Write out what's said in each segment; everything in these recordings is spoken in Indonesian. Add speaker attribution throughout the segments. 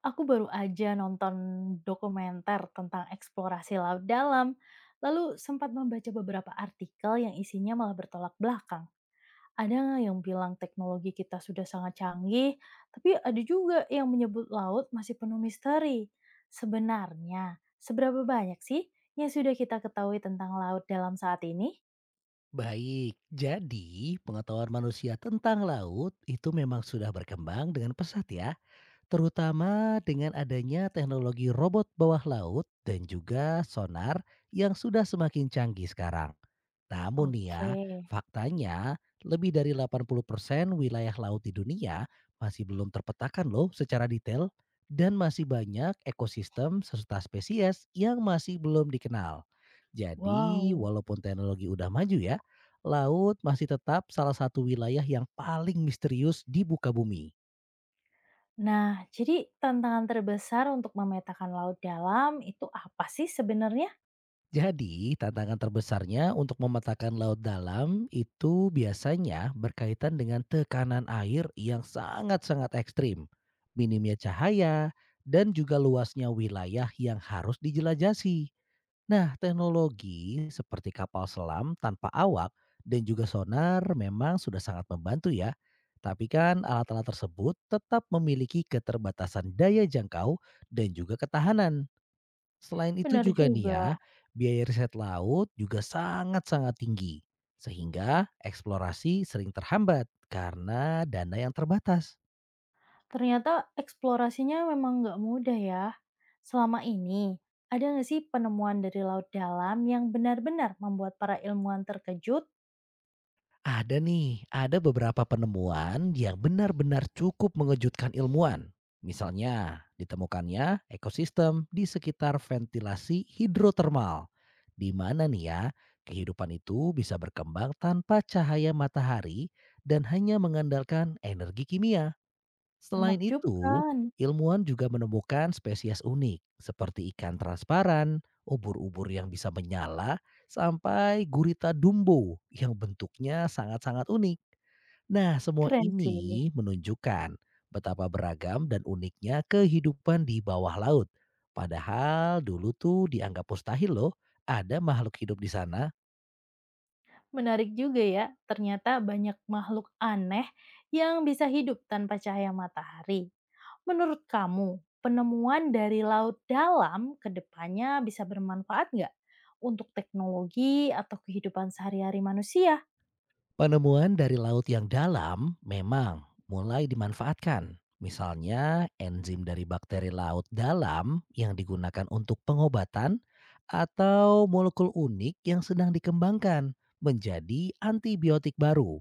Speaker 1: Aku baru aja nonton dokumenter tentang eksplorasi laut dalam, lalu sempat membaca beberapa artikel yang isinya malah bertolak belakang. Ada nggak yang bilang teknologi kita sudah sangat canggih, tapi ada juga yang menyebut laut masih penuh misteri. Sebenarnya, seberapa banyak sih yang sudah kita ketahui tentang laut dalam saat ini?
Speaker 2: Baik, jadi pengetahuan manusia tentang laut itu memang sudah berkembang dengan pesat ya, terutama dengan adanya teknologi robot bawah laut dan juga sonar yang sudah semakin canggih sekarang. Namun nih ya,
Speaker 1: Oke,
Speaker 2: faktanya lebih dari 80% wilayah laut di dunia masih belum terpetakan loh secara detail, dan masih banyak ekosistem serta spesies yang masih belum dikenal. Jadi,
Speaker 1: wow.
Speaker 2: walaupun teknologi udah maju ya, laut masih tetap salah satu wilayah yang paling misterius di buka bumi.
Speaker 1: Nah, jadi tantangan terbesar untuk memetakan laut dalam itu apa sih sebenarnya?
Speaker 2: Jadi, tantangan terbesarnya untuk memetakan laut dalam itu biasanya berkaitan dengan tekanan air yang sangat-sangat ekstrim, minimnya cahaya, dan juga luasnya wilayah yang harus dijelajahi. Nah, teknologi seperti kapal selam tanpa awak dan juga sonar memang sudah sangat membantu ya. Tapi kan alat-alat tersebut tetap memiliki keterbatasan daya jangkau dan juga ketahanan. Selain itu
Speaker 1: Benar
Speaker 2: juga nih ya,
Speaker 1: juga.
Speaker 2: biaya riset laut juga sangat-sangat tinggi, sehingga eksplorasi sering terhambat karena dana yang terbatas.
Speaker 1: Ternyata eksplorasinya memang nggak mudah ya. Selama ini, ada nggak sih penemuan dari laut dalam yang benar-benar membuat para ilmuwan terkejut,
Speaker 2: Ada nih, ada beberapa penemuan yang benar-benar cukup mengejutkan ilmuwan. Misalnya, ditemukannya ekosistem di sekitar ventilasi hidrotermal. Di mana nih ya, kehidupan itu bisa berkembang tanpa cahaya matahari dan hanya mengandalkan energi kimia. Selain itu,
Speaker 1: menakjubkan?
Speaker 2: ilmuwan juga menemukan spesies unik seperti ikan transparan, ubur-ubur yang bisa menyala, sampai gurita dumbo yang bentuknya sangat-sangat unik. Nah, semua
Speaker 1: Keren sih.
Speaker 2: ini menunjukkan betapa beragam dan uniknya kehidupan di bawah laut. Padahal dulu tuh dianggap mustahil loh ada makhluk hidup di sana.
Speaker 1: Menarik juga ya, ternyata banyak makhluk aneh yang bisa hidup tanpa cahaya matahari. Menurut kamu, penemuan dari laut dalam ke depannya bisa bermanfaat nggak untuk teknologi atau kehidupan sehari-hari manusia?
Speaker 2: Penemuan dari laut yang dalam memang mulai dimanfaatkan. Misalnya, enzim dari bakteri laut dalam yang digunakan untuk pengobatan atau molekul unik yang sedang dikembangkan menjadi antibiotik baru.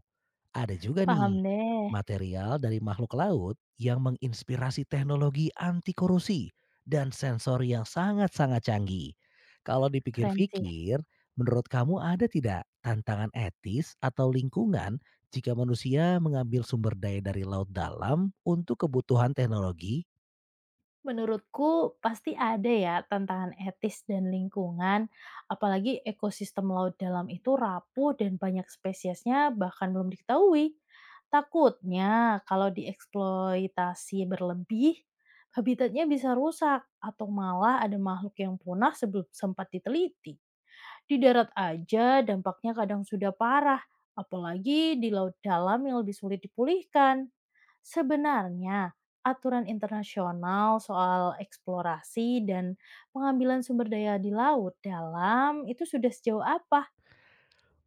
Speaker 2: Ada juga
Speaker 1: Paham
Speaker 2: nih,
Speaker 1: deh.
Speaker 2: material dari makhluk laut yang menginspirasi teknologi anti korosi dan sensor yang sangat-sangat canggih. Kalau
Speaker 1: Keren sih.
Speaker 2: dipikir-pikir, menurut kamu ada tidak tantangan etis atau lingkungan jika manusia mengambil sumber daya dari laut dalam untuk kebutuhan teknologi?
Speaker 1: Menurutku pasti ada ya tantangan etis dan lingkungan, apalagi ekosistem laut dalam itu rapuh dan banyak spesiesnya bahkan belum diketahui. Takutnya kalau dieksploitasi berlebih, habitatnya bisa rusak atau malah ada makhluk yang punah sebelum sempat diteliti. Di darat aja dampaknya kadang sudah parah, apalagi di laut dalam yang lebih sulit dipulihkan. Sebenarnya, aturan internasional soal eksplorasi dan pengambilan sumber daya di laut dalam itu sudah sejauh apa?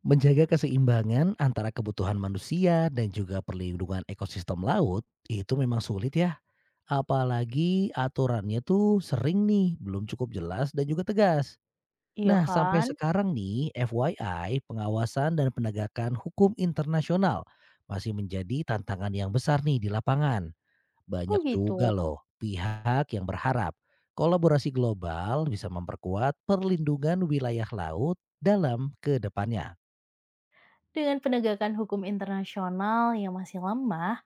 Speaker 2: Menjaga keseimbangan antara kebutuhan manusia dan juga perlindungan ekosistem laut itu memang sulit ya. Apalagi aturannya tuh sering nih belum cukup jelas dan juga tegas.
Speaker 1: Iya
Speaker 2: Nah, sampai
Speaker 1: kan?
Speaker 2: sekarang nih FYI, pengawasan dan penegakan hukum internasional masih menjadi tantangan yang besar nih di lapangan. Banyak
Speaker 1: Oh
Speaker 2: juga
Speaker 1: gitu.
Speaker 2: loh pihak yang berharap kolaborasi global bisa memperkuat perlindungan wilayah laut dalam ke depannya.
Speaker 1: Dengan penegakan hukum internasional yang masih lemah,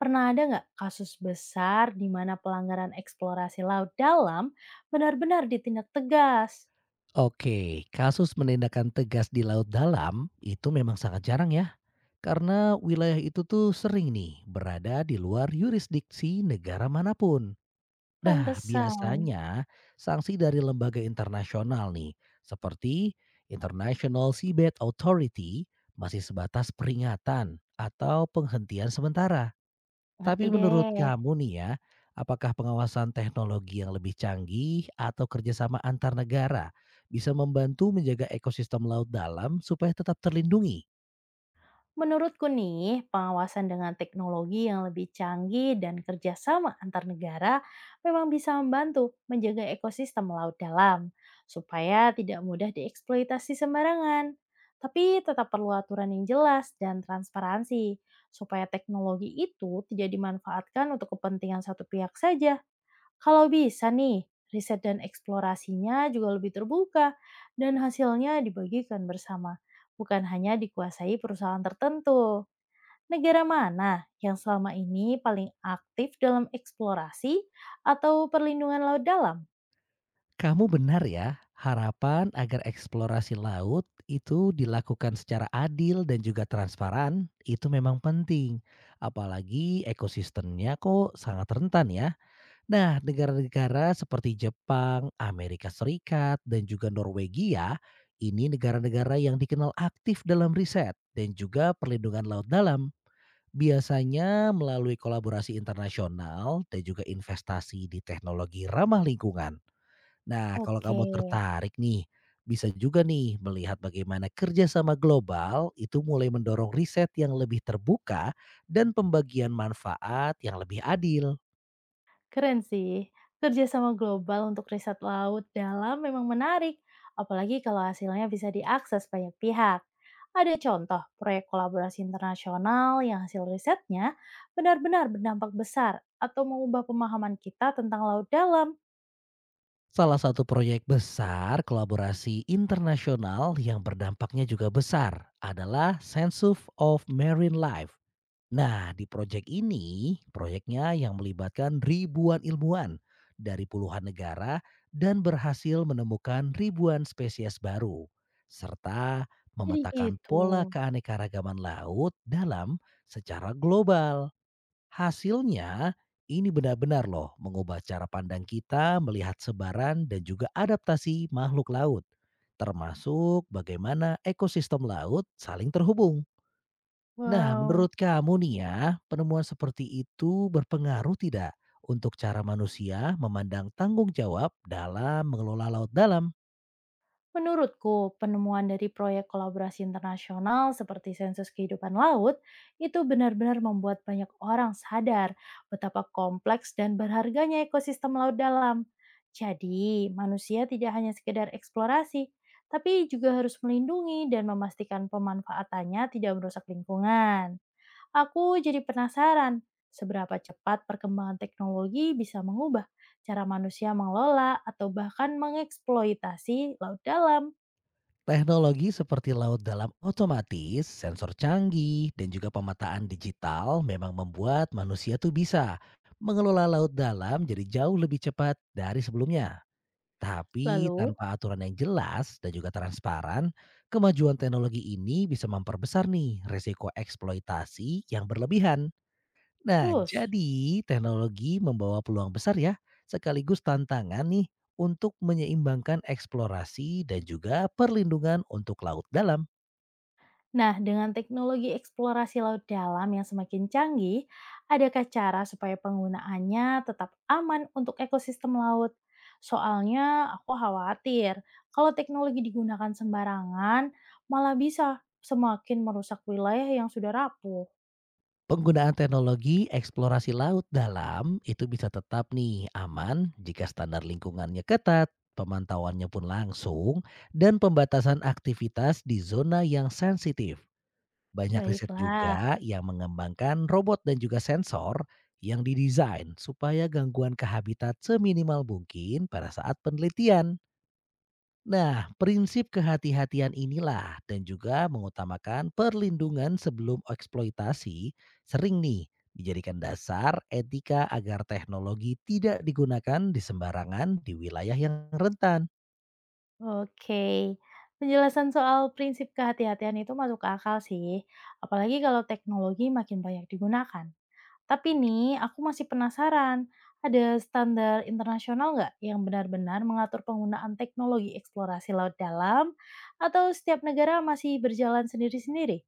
Speaker 1: pernah ada nggak kasus besar di mana pelanggaran eksplorasi laut dalam benar-benar ditindak tegas?
Speaker 2: Oke, kasus penindakan tegas di laut dalam itu memang sangat jarang ya. Karena wilayah itu tuh sering nih berada di luar yurisdiksi negara manapun. Nah,
Speaker 1: Pantesan.
Speaker 2: biasanya sanksi dari lembaga internasional nih, seperti International Seabed Authority, masih sebatas peringatan atau penghentian sementara. Tapi
Speaker 1: Ngerti
Speaker 2: menurut
Speaker 1: deh.
Speaker 2: kamu nih ya, apakah pengawasan teknologi yang lebih canggih atau kerjasama antar negara bisa membantu menjaga ekosistem laut dalam supaya tetap terlindungi?
Speaker 1: Menurutku nih, pengawasan dengan teknologi yang lebih canggih dan kerjasama antar negara memang bisa membantu menjaga ekosistem laut dalam, supaya tidak mudah dieksploitasi sembarangan. Tapi tetap perlu aturan yang jelas dan transparansi, supaya teknologi itu tidak dimanfaatkan untuk kepentingan satu pihak saja. Kalau bisa nih, riset dan eksplorasinya juga lebih terbuka dan hasilnya dibagikan bersama, bukan hanya dikuasai perusahaan tertentu. Negara mana yang selama ini paling aktif dalam eksplorasi atau perlindungan laut dalam?
Speaker 2: Kamu benar ya, harapan agar eksplorasi laut itu dilakukan secara adil dan juga transparan itu memang penting. Apalagi ekosistemnya kok sangat rentan ya. Nah, negara-negara seperti Jepang, Amerika Serikat, dan juga Norwegia ini negara-negara yang dikenal aktif dalam riset dan juga perlindungan laut dalam. Biasanya melalui kolaborasi internasional dan juga investasi di teknologi ramah lingkungan. Nah, kalau
Speaker 1: Oke.
Speaker 2: kamu tertarik nih, bisa juga nih melihat bagaimana kerjasama global itu mulai mendorong riset yang lebih terbuka dan pembagian manfaat yang lebih adil.
Speaker 1: Keren sih. Kerjasama global untuk riset laut dalam memang menarik, apalagi kalau hasilnya bisa diakses banyak pihak. Ada contoh proyek kolaborasi internasional yang hasil risetnya benar-benar berdampak besar atau mengubah pemahaman kita tentang laut dalam.
Speaker 2: Salah satu proyek besar kolaborasi internasional yang berdampaknya juga besar adalah Sense of Marine Life. Nah, di proyek ini, proyeknya yang melibatkan ribuan ilmuwan dari puluhan negara dan berhasil menemukan ribuan spesies baru, serta
Speaker 1: Jadi
Speaker 2: memetakan
Speaker 1: gitu.
Speaker 2: pola keanekaragaman laut dalam secara global. Hasilnya, ini benar-benar loh mengubah cara pandang kita melihat sebaran dan juga adaptasi makhluk laut, termasuk bagaimana ekosistem laut saling terhubung. Nah,
Speaker 1: Wow.
Speaker 2: menurut kamu nih ya, penemuan seperti itu berpengaruh tidak untuk cara manusia memandang tanggung jawab dalam mengelola laut dalam?
Speaker 1: Menurutku, penemuan dari proyek kolaborasi internasional seperti sensus kehidupan laut itu benar-benar membuat banyak orang sadar betapa kompleks dan berharganya ekosistem laut dalam. Jadi, manusia tidak hanya sekedar eksplorasi, tapi juga harus melindungi dan memastikan pemanfaatannya tidak merusak lingkungan. Aku jadi penasaran, seberapa cepat perkembangan teknologi bisa mengubah cara manusia mengelola atau bahkan mengeksploitasi laut dalam.
Speaker 2: Teknologi seperti laut dalam otomatis, sensor canggih, dan juga pemetaan digital memang membuat manusia tuh bisa mengelola laut dalam jadi jauh lebih cepat dari sebelumnya. Tapi
Speaker 1: Lalu,
Speaker 2: tanpa aturan yang jelas dan juga transparan, kemajuan teknologi ini bisa memperbesar nih resiko eksploitasi yang berlebihan. Nah,
Speaker 1: terus.
Speaker 2: jadi teknologi membawa peluang besar ya, sekaligus tantangan nih untuk menyeimbangkan eksplorasi dan juga perlindungan untuk laut dalam.
Speaker 1: Nah, dengan teknologi eksplorasi laut dalam yang semakin canggih, adakah cara supaya penggunaannya tetap aman untuk ekosistem laut? Soalnya aku khawatir kalau teknologi digunakan sembarangan malah bisa semakin merusak wilayah yang sudah rapuh.
Speaker 2: Penggunaan teknologi eksplorasi laut dalam itu bisa tetap nih aman jika standar lingkungannya ketat, pemantauannya pun langsung, dan pembatasan aktivitas di zona yang sensitif. Banyak riset
Speaker 1: Baiklah,
Speaker 2: juga yang mengembangkan robot dan juga sensor yang didesain supaya gangguan ke habitat seminimal mungkin pada saat penelitian. Nah, prinsip kehati-hatian inilah dan juga mengutamakan perlindungan sebelum eksploitasi sering nih dijadikan dasar etika agar teknologi tidak digunakan di sembarangan di wilayah yang rentan.
Speaker 1: oke. Penjelasan soal prinsip kehati-hatian itu masuk akal sih, apalagi kalau teknologi makin banyak digunakan. Tapi nih, aku masih penasaran, ada standar internasional nggak yang benar-benar mengatur penggunaan teknologi eksplorasi laut dalam, atau setiap negara masih berjalan sendiri-sendiri?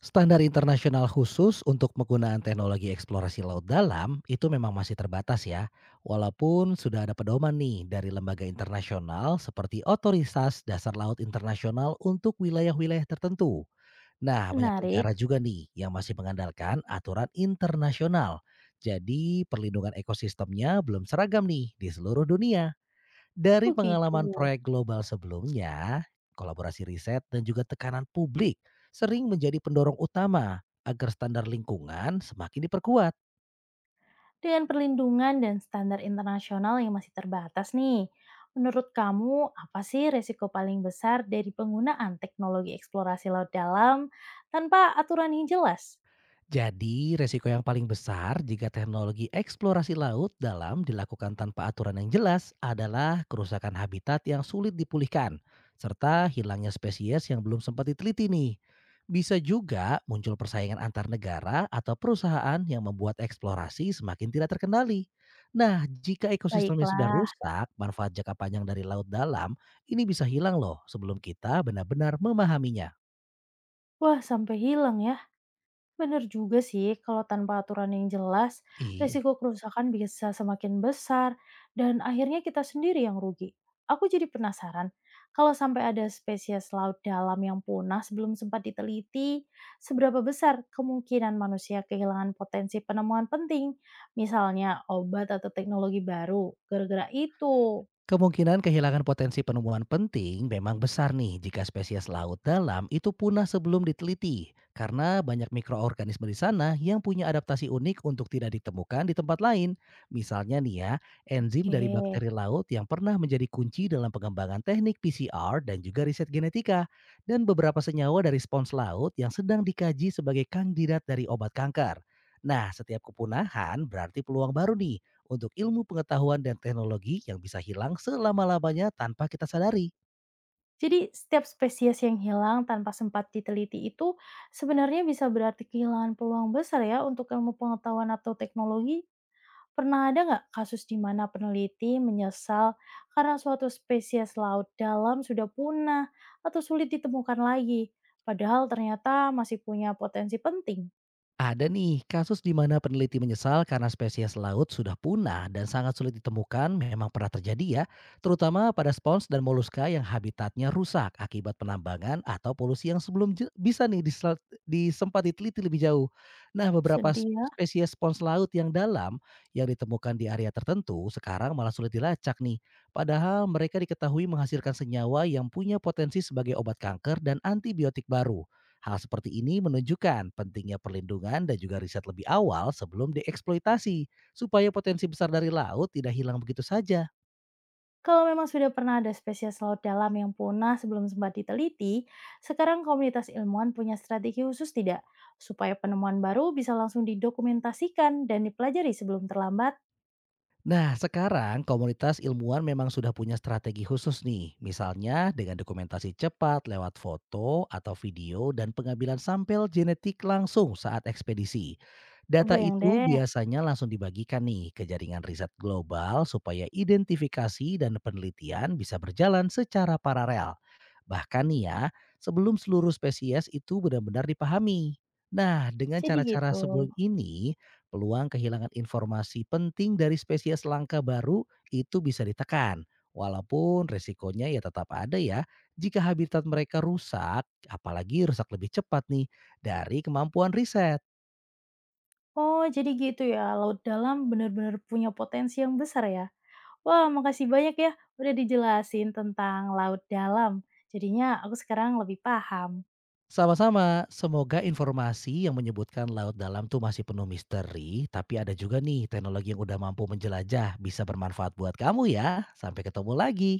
Speaker 2: Standar internasional khusus untuk penggunaan teknologi eksplorasi laut dalam itu memang masih terbatas ya, walaupun sudah ada pedoman nih dari lembaga internasional seperti Otoritas Dasar Laut Internasional untuk wilayah-wilayah tertentu. Nah, banyak
Speaker 1: Menarik,
Speaker 2: negara juga nih yang masih mengandalkan aturan internasional. Jadi, perlindungan ekosistemnya belum seragam nih di seluruh dunia. Dari
Speaker 1: begitu.
Speaker 2: pengalaman proyek global sebelumnya, kolaborasi riset dan juga tekanan publik sering menjadi pendorong utama agar standar lingkungan semakin diperkuat.
Speaker 1: Dengan perlindungan dan standar internasional yang masih terbatas nih, menurut kamu apa sih resiko paling besar dari penggunaan teknologi eksplorasi laut dalam tanpa aturan yang jelas?
Speaker 2: Jadi, resiko yang paling besar jika teknologi eksplorasi laut dalam dilakukan tanpa aturan yang jelas adalah kerusakan habitat yang sulit dipulihkan, serta hilangnya spesies yang belum sempat diteliti nih. Bisa juga muncul persaingan antar negara atau perusahaan yang membuat eksplorasi semakin tidak terkendali. Nah, jika ekosistemnya sudah
Speaker 1: Baiklah,
Speaker 2: rusak, manfaat jangka panjang dari laut dalam ini bisa hilang loh sebelum kita benar-benar memahaminya.
Speaker 1: wah sampai hilang ya. Bener juga sih, kalau tanpa aturan yang jelas,
Speaker 2: Iya.
Speaker 1: resiko kerusakan bisa semakin besar dan akhirnya kita sendiri yang rugi. Aku jadi penasaran, kalau sampai ada spesies laut dalam yang punah sebelum sempat diteliti, seberapa besar kemungkinan manusia kehilangan potensi penemuan penting, misalnya obat atau teknologi baru, gara-gara itu?
Speaker 2: Kemungkinan kehilangan potensi penemuan penting memang besar nih jika spesies laut dalam itu punah sebelum diteliti, karena banyak mikroorganisme di sana yang punya adaptasi unik untuk tidak ditemukan di tempat lain. Misalnya nih ya, enzim dari
Speaker 1: Oke.
Speaker 2: bakteri laut yang pernah menjadi kunci dalam pengembangan teknik PCR dan juga riset genetika, dan beberapa senyawa dari spons laut yang sedang dikaji sebagai kandidat dari obat kanker. Nah, setiap kepunahan berarti peluang baru nih untuk ilmu pengetahuan dan teknologi yang bisa hilang selama-lamanya tanpa kita sadari.
Speaker 1: Jadi setiap spesies yang hilang tanpa sempat diteliti itu sebenarnya bisa berarti kehilangan peluang besar ya untuk ilmu pengetahuan atau teknologi. Pernah ada nggak kasus di mana peneliti menyesal karena suatu spesies laut dalam sudah punah atau sulit ditemukan lagi, padahal ternyata masih punya potensi penting?
Speaker 2: Ada nih kasus di mana peneliti menyesal karena spesies laut sudah punah dan sangat sulit ditemukan memang pernah terjadi ya, terutama pada spons dan moluska yang habitatnya rusak akibat penambangan atau polusi yang bisa nih disempat diteliti lebih jauh. Nah, beberapa
Speaker 1: Sedih ya.
Speaker 2: spesies spons laut yang dalam yang ditemukan di area tertentu sekarang malah sulit dilacak nih, padahal mereka diketahui menghasilkan senyawa yang punya potensi sebagai obat kanker dan antibiotik baru. Hal seperti ini menunjukkan pentingnya perlindungan dan juga riset lebih awal sebelum dieksploitasi, supaya potensi besar dari laut tidak hilang begitu saja.
Speaker 1: Kalau memang sudah pernah ada spesies laut dalam yang punah sebelum sempat diteliti, sekarang komunitas ilmuwan punya strategi khusus tidak? Supaya penemuan baru bisa langsung didokumentasikan dan dipelajari sebelum terlambat?
Speaker 2: Nah, sekarang komunitas ilmuwan memang sudah punya strategi khusus nih, misalnya dengan dokumentasi cepat lewat foto atau video dan pengambilan sampel genetik langsung saat ekspedisi. Data
Speaker 1: Kebayang
Speaker 2: itu
Speaker 1: deh,
Speaker 2: biasanya langsung dibagikan nih ke jaringan riset global supaya identifikasi dan penelitian bisa berjalan secara paralel. Bahkan nih ya, sebelum seluruh spesies itu benar-benar dipahami. Nah, dengan
Speaker 1: jadi
Speaker 2: cara-cara
Speaker 1: gitu.
Speaker 2: sebelum ini, peluang kehilangan informasi penting dari spesies langka baru itu bisa ditekan. Walaupun resikonya ya tetap ada ya, jika habitat mereka rusak, apalagi rusak lebih cepat nih dari kemampuan riset.
Speaker 1: Oh, jadi gitu ya, laut dalam benar-benar punya potensi yang besar ya? Wah, makasih banyak ya udah dijelasin tentang laut dalam. Jadinya aku sekarang lebih paham.
Speaker 2: Sama-sama, semoga informasi yang menyebutkan laut dalam tuh masih penuh misteri, tapi ada juga nih teknologi yang udah mampu menjelajah bisa bermanfaat buat kamu ya. Sampai ketemu lagi.